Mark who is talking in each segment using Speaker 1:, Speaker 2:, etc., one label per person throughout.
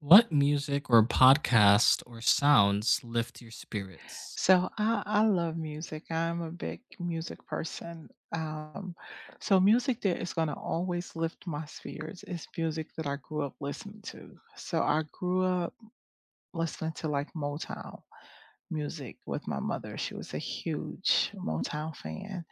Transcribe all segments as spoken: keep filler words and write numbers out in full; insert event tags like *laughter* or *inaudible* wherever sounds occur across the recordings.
Speaker 1: What music or podcast or sounds lift your spirits?
Speaker 2: So I, I love music. I'm a big music person. Um, so music that is going to always lift my spirits is music that I grew up listening to. So I grew up listening to like Motown music with my mother. She was a huge Motown fan.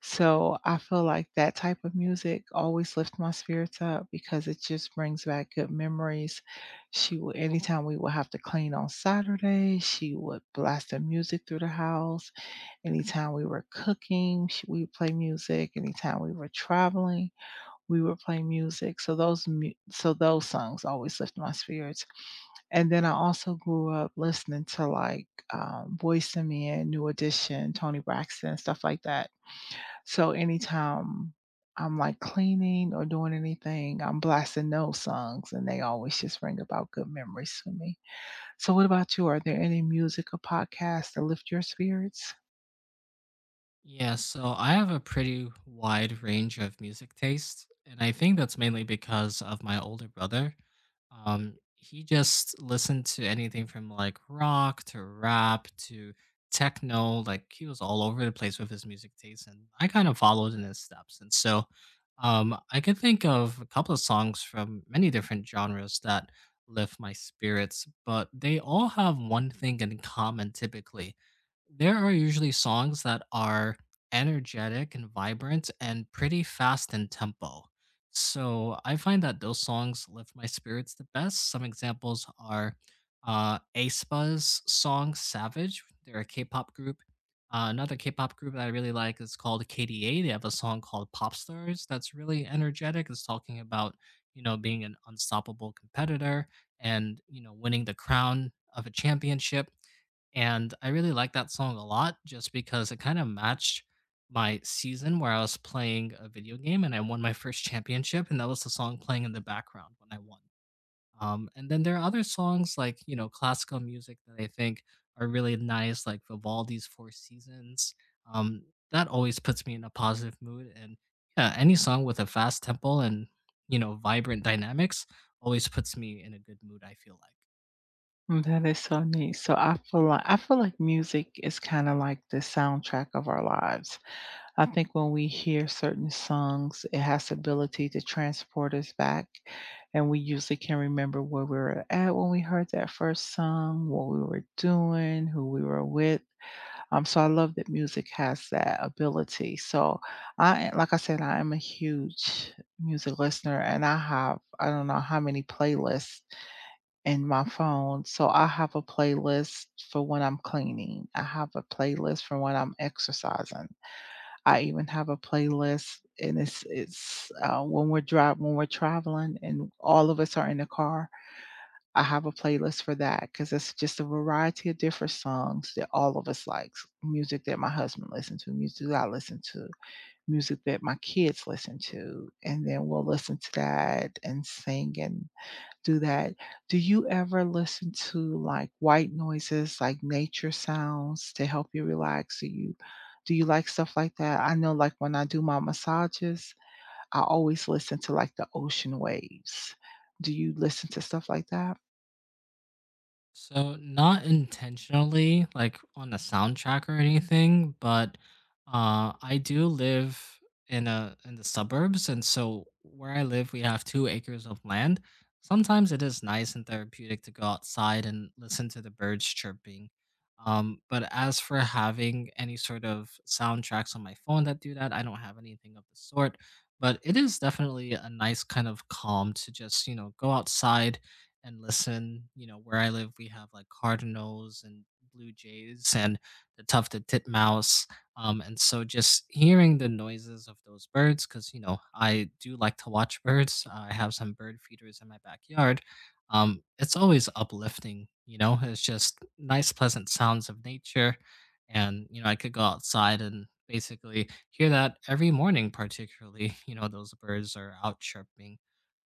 Speaker 2: So I feel like that type of music always lifts my spirits up because it just brings back good memories she would Anytime we would have to clean on Saturday, she would blast the music through the house. Anytime we were cooking, sh we would play music. Anytime we were traveling, we would play music. So those mu so those songs always lift my spirits. And then I also grew up listening to, like, um, Boyz two Men, New Edition, Tony Braxton, stuff like that. So anytime I'm, like, cleaning or doing anything, I'm blasting those songs, and they always just bring about good memories for me. So what about you? Are there any music or podcasts that lift your spirits?
Speaker 1: Yeah, so I have a pretty wide range of music taste, and I think that's mainly because of my older brother. Um, he just listened to anything from like rock to rap to techno. Like he was all over the place with his music taste, and I kind of followed in his steps. And so, um, I could think of a couple of songs from many different genres that lift my spirits, but they all have one thing in common typically. There are usually songs that are energetic and vibrant and pretty fast in tempo. So I find that those songs lift my spirits the best. Some examples are uh, aespa's song Savage. They're a K pop group. Uh, another K pop group that I really like is called K D A. They have a song called Pop Stars that's really energetic. It's talking about, you know, being an unstoppable competitor and, you know, winning the crown of a championship, and I really like that song a lot just because it kind of matched my season where I was playing a video game and I won my first championship. And that was the song playing in the background when I won. Um, and then there are other songs like, you know, classical music that I think are really nice, like Vivaldi's Four Seasons. Um, that always puts me in a positive mood. And yeah, any song with a fast tempo and, you know, vibrant dynamics always puts me in a good mood, I feel like.
Speaker 2: Mm, that is so neat. So I feel like I feel like music is kind of like the soundtrack of our lives. I think when we hear certain songs, it has the ability to transport us back, and we usually can remember where we were at when we heard that first song, what we were doing, who we were with. Um, so I love that music has that ability. So I, like I said, I am a huge music listener, and I have I don't know how many playlists in my phone. So I have a playlist for when I'm cleaning. I have a playlist for when I'm exercising. I even have a playlist, and it's it's uh, when we're drive when we're traveling, and all of us are in the car. I have a playlist for that because it's just a variety of different songs that all of us likes. Music that my husband listens to, music that I listen to, music that my kids listen to, and then we'll listen to that and sing and do that. Do you ever listen to, like, white noises, like nature sounds to help you relax? Do you do you like stuff like that? I know, like, when I do my massages, I always listen to, like, the ocean waves. Do you listen to stuff like that?
Speaker 1: So not intentionally, like on a soundtrack or anything, but uh, I do live in a in the suburbs, and so where I live, we have two acres of land. Sometimes it is nice and therapeutic to go outside and listen to the birds chirping. Um, but as for having any sort of soundtracks on my phone that do that, I don't have anything of the sort. But it is definitely a nice kind of calm to just, you know, go outside and listen. You know, where I live, we have like Cardinals and Blue Jays and the tufted titmouse. Um, and so just hearing the noises of those birds, because, you know, I do like to watch birds. I have some bird feeders in my backyard. Um, it's always uplifting, you know, it's just nice, pleasant sounds of nature. And, you know, I could go outside and basically hear that every morning, particularly, *laughs* you know, those birds are out chirping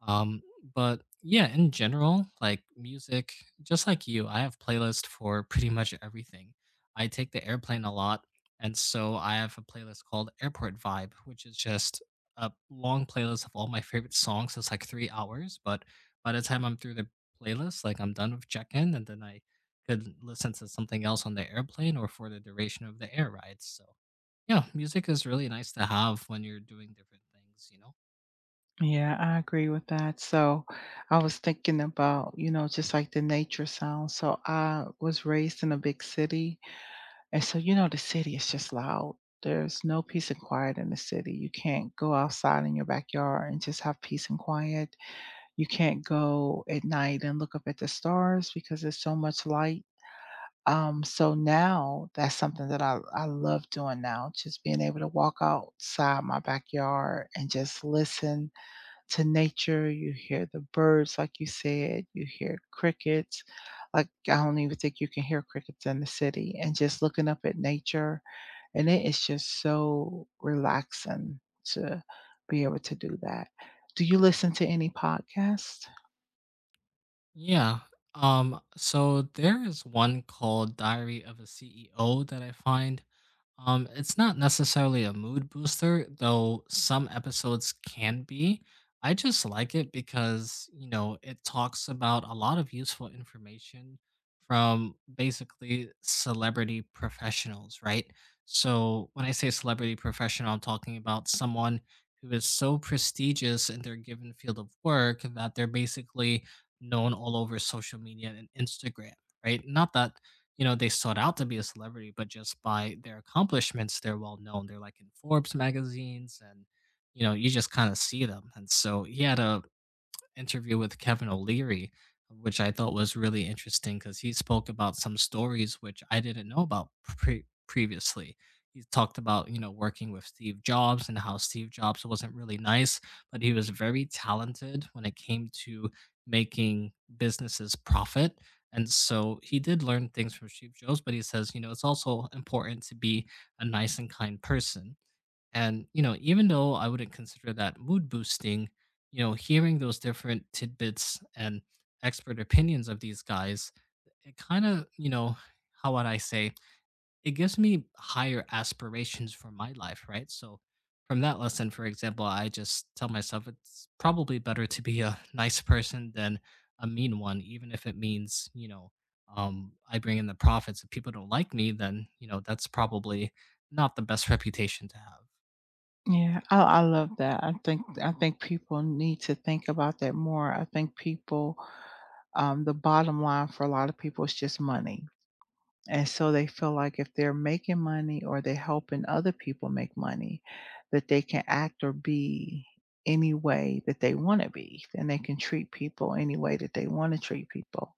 Speaker 1: um, but yeah, in general, like music, just like you, I have playlists for pretty much everything. I take the airplane a lot, and so I have a playlist called Airport Vibe, which is just a long playlist of all my favorite songs. It's like three hours, but by the time I'm through the playlist, like I'm done with check-in, and then I could listen to something else on the airplane or for the duration of the air ride. So yeah, music is really nice to have when you're doing different things, you know?
Speaker 2: Yeah, I agree with that. So, I was thinking about, you know, just like the nature sounds. So, I was raised in a big city. And so, you know, the city is just loud. There's no peace and quiet in the city. You can't go outside in your backyard and just have peace and quiet. You can't go at night and look up at the stars because there's so much light. Um, so now that's something that I, I love doing now, just being able to walk outside my backyard and just listen to nature. You hear the birds, like you said, you hear crickets. Like I don't even think you can hear crickets in the city, and just looking up at nature and it is just so relaxing to be able to do that. Do you listen to any podcasts?
Speaker 1: Yeah. Um, so there is one called Diary of a C E O that I find um, It's not necessarily a mood booster, though some episodes can be. I just like it because, you know, it talks about a lot of useful information from basically celebrity professionals, right? So when I say celebrity professional, I'm talking about someone who is so prestigious in their given field of work that they're basically known all over social media and Instagram, right? Not that, you know, they sought out to be a celebrity, but just by their accomplishments, they're well known. They're like in Forbes magazines and, you know, you just kind of see them. And so he had a interview with Kevin O'Leary, which I thought was really interesting because he spoke about some stories which I didn't know about pre- previously. He talked about, you know, working with Steve Jobs and how Steve Jobs wasn't really nice, but he was very talented when it came to making businesses profit. And so he did learn things from Steve Jobs, but he says, you know, it's also important to be a nice and kind person. And, you know, even though I wouldn't consider that mood boosting, you know, hearing those different tidbits and expert opinions of these guys, it kind of, you know, how would I say, it gives me higher aspirations for my life, right? So from that lesson, for example, I just tell myself it's probably better to be a *laughs* nice person than a mean one, even if it means, you know, um, I bring in the profits. If people don't like me, then, you know, that's probably not the best *laughs* reputation to have.
Speaker 2: Yeah, I, I love that. I think I think people need to think about that more. I think people, um, the bottom line for a lot of people is just money, and so they feel like if they're making money or they're helping other people make money, that they can act or be any way that they want to be, and they can treat people any way that they want to treat people.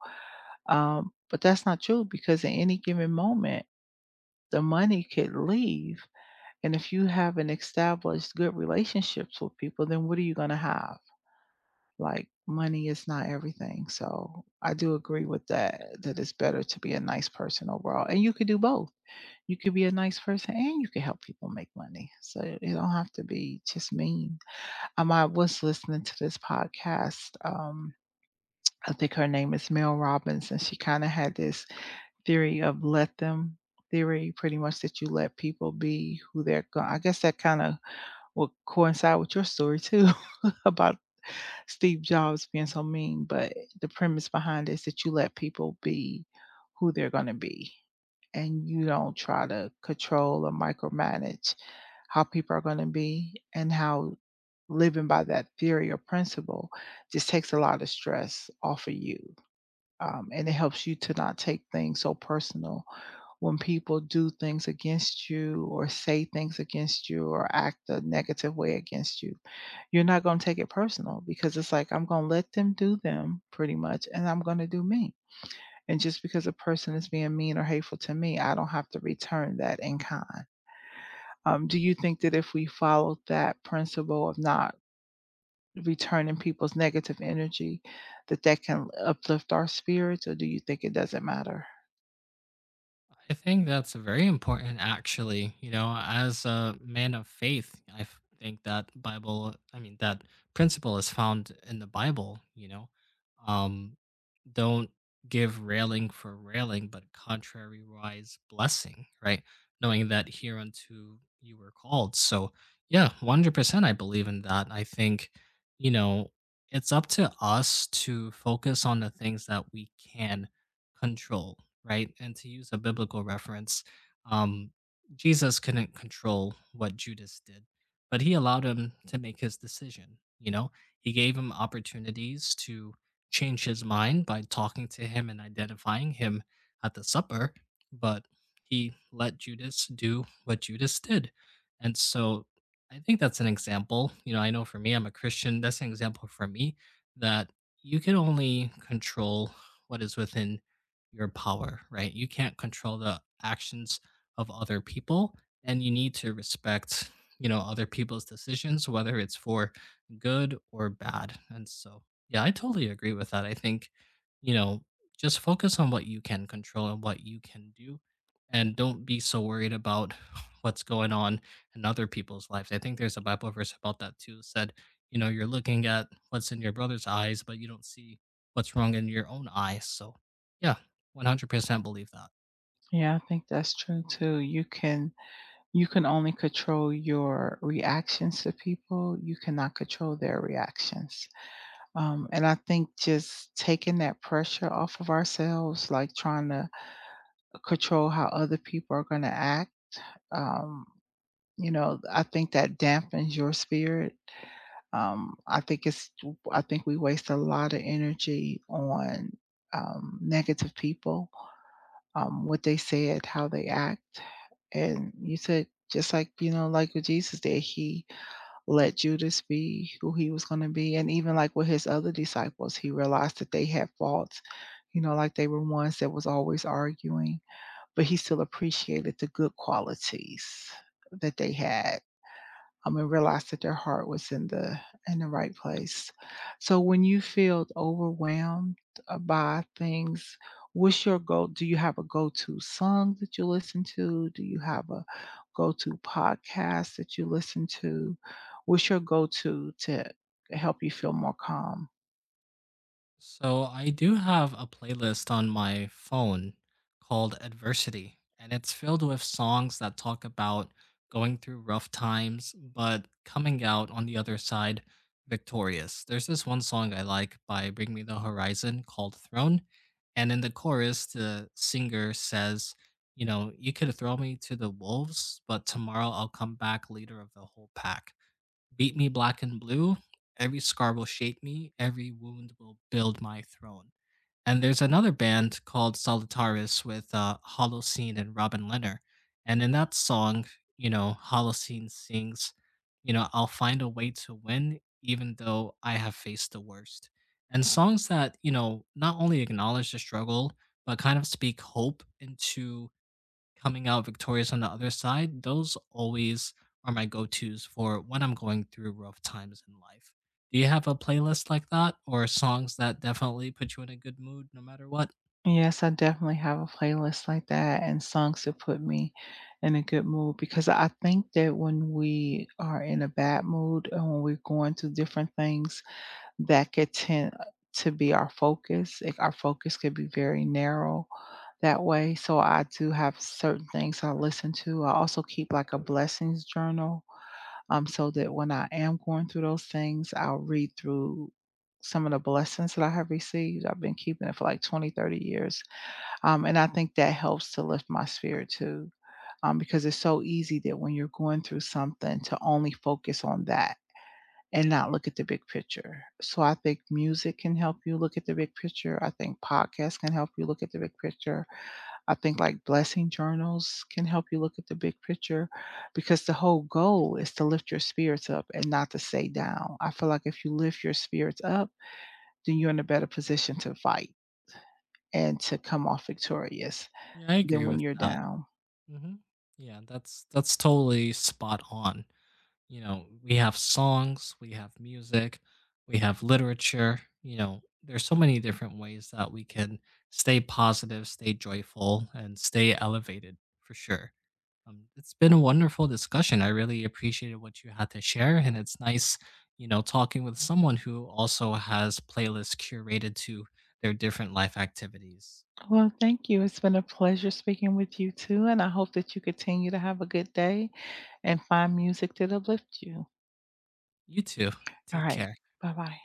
Speaker 2: Um, but that's not true because at any given moment, the money could leave. And if you haven't established good relationships with people, then what are you going to have? Like, money is not everything. So I do agree with that, that it's better to be a nice person overall. And you could do both. You could be a nice person and you could help people make money. So it don't have to be just mean. Um, I was listening to this podcast. Um, I think her name is Mel Robbins, and she kind of had this theory of let them theory, pretty much that you let people be who they're going. I guess that kind of will coincide with your story too *laughs* about Steve Jobs being so mean. But the premise behind it is that you let people be who they're going to be, and you don't try to control or micromanage how people are going to be and how living by that theory or principle just takes a lot of stress off of you. Um, and it helps you to not take things so personal when people do things against you or say things against you or act a negative way against you, you're not going to take it personal because it's like, I'm going to let them do them pretty much, and I'm going to do me. And just because a person is being mean or hateful to me, I don't have to return that in kind. Um, do you think that if we followed that principle of not returning people's negative energy, that that can uplift our spirits, or do you think it doesn't matter?
Speaker 1: I think that's very important actually. You know, as a man of faith, I f- think that Bible, I mean that principle is found in the Bible, you know. Um don't give railing for railing, but contrariwise blessing, right? Knowing that hereunto you were called. So, yeah, one hundred percent I believe in that. I think, you know, it's up to us to focus on the things that we can control, right? And to use a biblical reference, um, Jesus couldn't control what Judas did, but he allowed him to make his decision. You know, he gave him opportunities to change his mind by talking to him and identifying him at the supper, but he let Judas do what Judas did. And so I think that's an example. You know, I know for me, I'm a Christian. That's an example for me that you can only control what is within your power, right? You can't control the actions of other people, and you need to respect, you know, other people's decisions, whether it's for good or bad. And so, yeah, I totally agree with that. I think, you know, just focus on what you can control and what you can do, and don't be so worried about *sighs* what's going on in other people's lives. I think there's a Bible verse about that too. Said, you know, you're looking at what's in your brother's eyes, but you don't see what's wrong in your own eyes. So, yeah, one hundred percent believe that.
Speaker 2: Yeah, I think that's true too. You can you can only control your reactions to people. You cannot control their reactions. Um, and I think just taking that pressure off of ourselves, like trying to control how other people are going to act, um, you know, I think that dampens your spirit. Um, I think it's, I think we waste a lot of energy on um, negative people, um, what they said, how they act. And you said, just like, you know, like with Jesus did, he let Judas be who he was going to be. And even like with his other disciples, he realized that they had faults, you know, like they were ones that was always arguing, but he still appreciated the good qualities that they had um, and realized that their heart was in the in the right place. So when you feel overwhelmed uh, by things, what's your go? Do you have a go-to song that you listen to? Do you have a go-to podcast that you listen to? What's your go-to to help you feel more calm?
Speaker 1: So I do have a playlist on my phone called Adversity, and it's filled with songs that talk about going through rough times, but coming out on the other side victorious. There's this one song I like by Bring Me the Horizon called Throne. And in the chorus, the singer says, you know, you could throw me to the wolves, but tomorrow I'll come back leader of the whole pack. Beat me black and blue, every scar will shape me, every wound will build my throne. And there's another band called Solitaris with uh, Holocene and Robin Leonard. And in that song, you know, Holocene sings, you know, I'll find a way to win even though I have faced the worst. And songs that, you know, not only acknowledge the struggle, but kind of speak hope into coming out victorious on the other side, those always are my go-tos for when I'm going through rough times in life. Do you have a playlist like that or songs that definitely put you in a good mood no matter what?
Speaker 2: Yes, I definitely have a playlist like that and songs that put me in a good mood because I think that when we are in a bad mood and when we're going through different things, that could tend to be our focus. Like, our focus could be very narrow that way. So I do have certain things I listen to. I also keep like a blessings journal, um, so that when I am going through those things, I'll read through some of the blessings that I have received. I've been keeping it for like twenty, thirty years. Um, and I think that helps to lift my spirit too, um, because it's so easy that when you're going through something to only focus on that and not look at the big picture. So I think music can help you look at the big picture. I think podcasts can help you look at the big picture. I think like blessing journals can help you look at the big picture because the whole goal is to lift your spirits up and not to stay down. I feel like if you lift your spirits up, then you're in a better position to fight and to come off victorious
Speaker 1: Yeah, I
Speaker 2: than
Speaker 1: agree
Speaker 2: when
Speaker 1: with
Speaker 2: you're
Speaker 1: that.
Speaker 2: down.
Speaker 1: Hmm. Yeah, that's that's totally spot on. You know, we have songs, we have music, we have literature. You know, there's so many different ways that we can stay positive, stay joyful, and stay elevated for sure. Um, it's been a wonderful discussion. I really appreciated what you had to share, and it's nice, you know, talking with someone who also has playlists curated to their different life activities.
Speaker 2: Well, thank you. It's been a pleasure speaking with you too. And I hope that you continue to have a good day and find music that uplift you.
Speaker 1: You too.
Speaker 2: All
Speaker 1: Take
Speaker 2: right.
Speaker 1: care.
Speaker 2: Bye bye.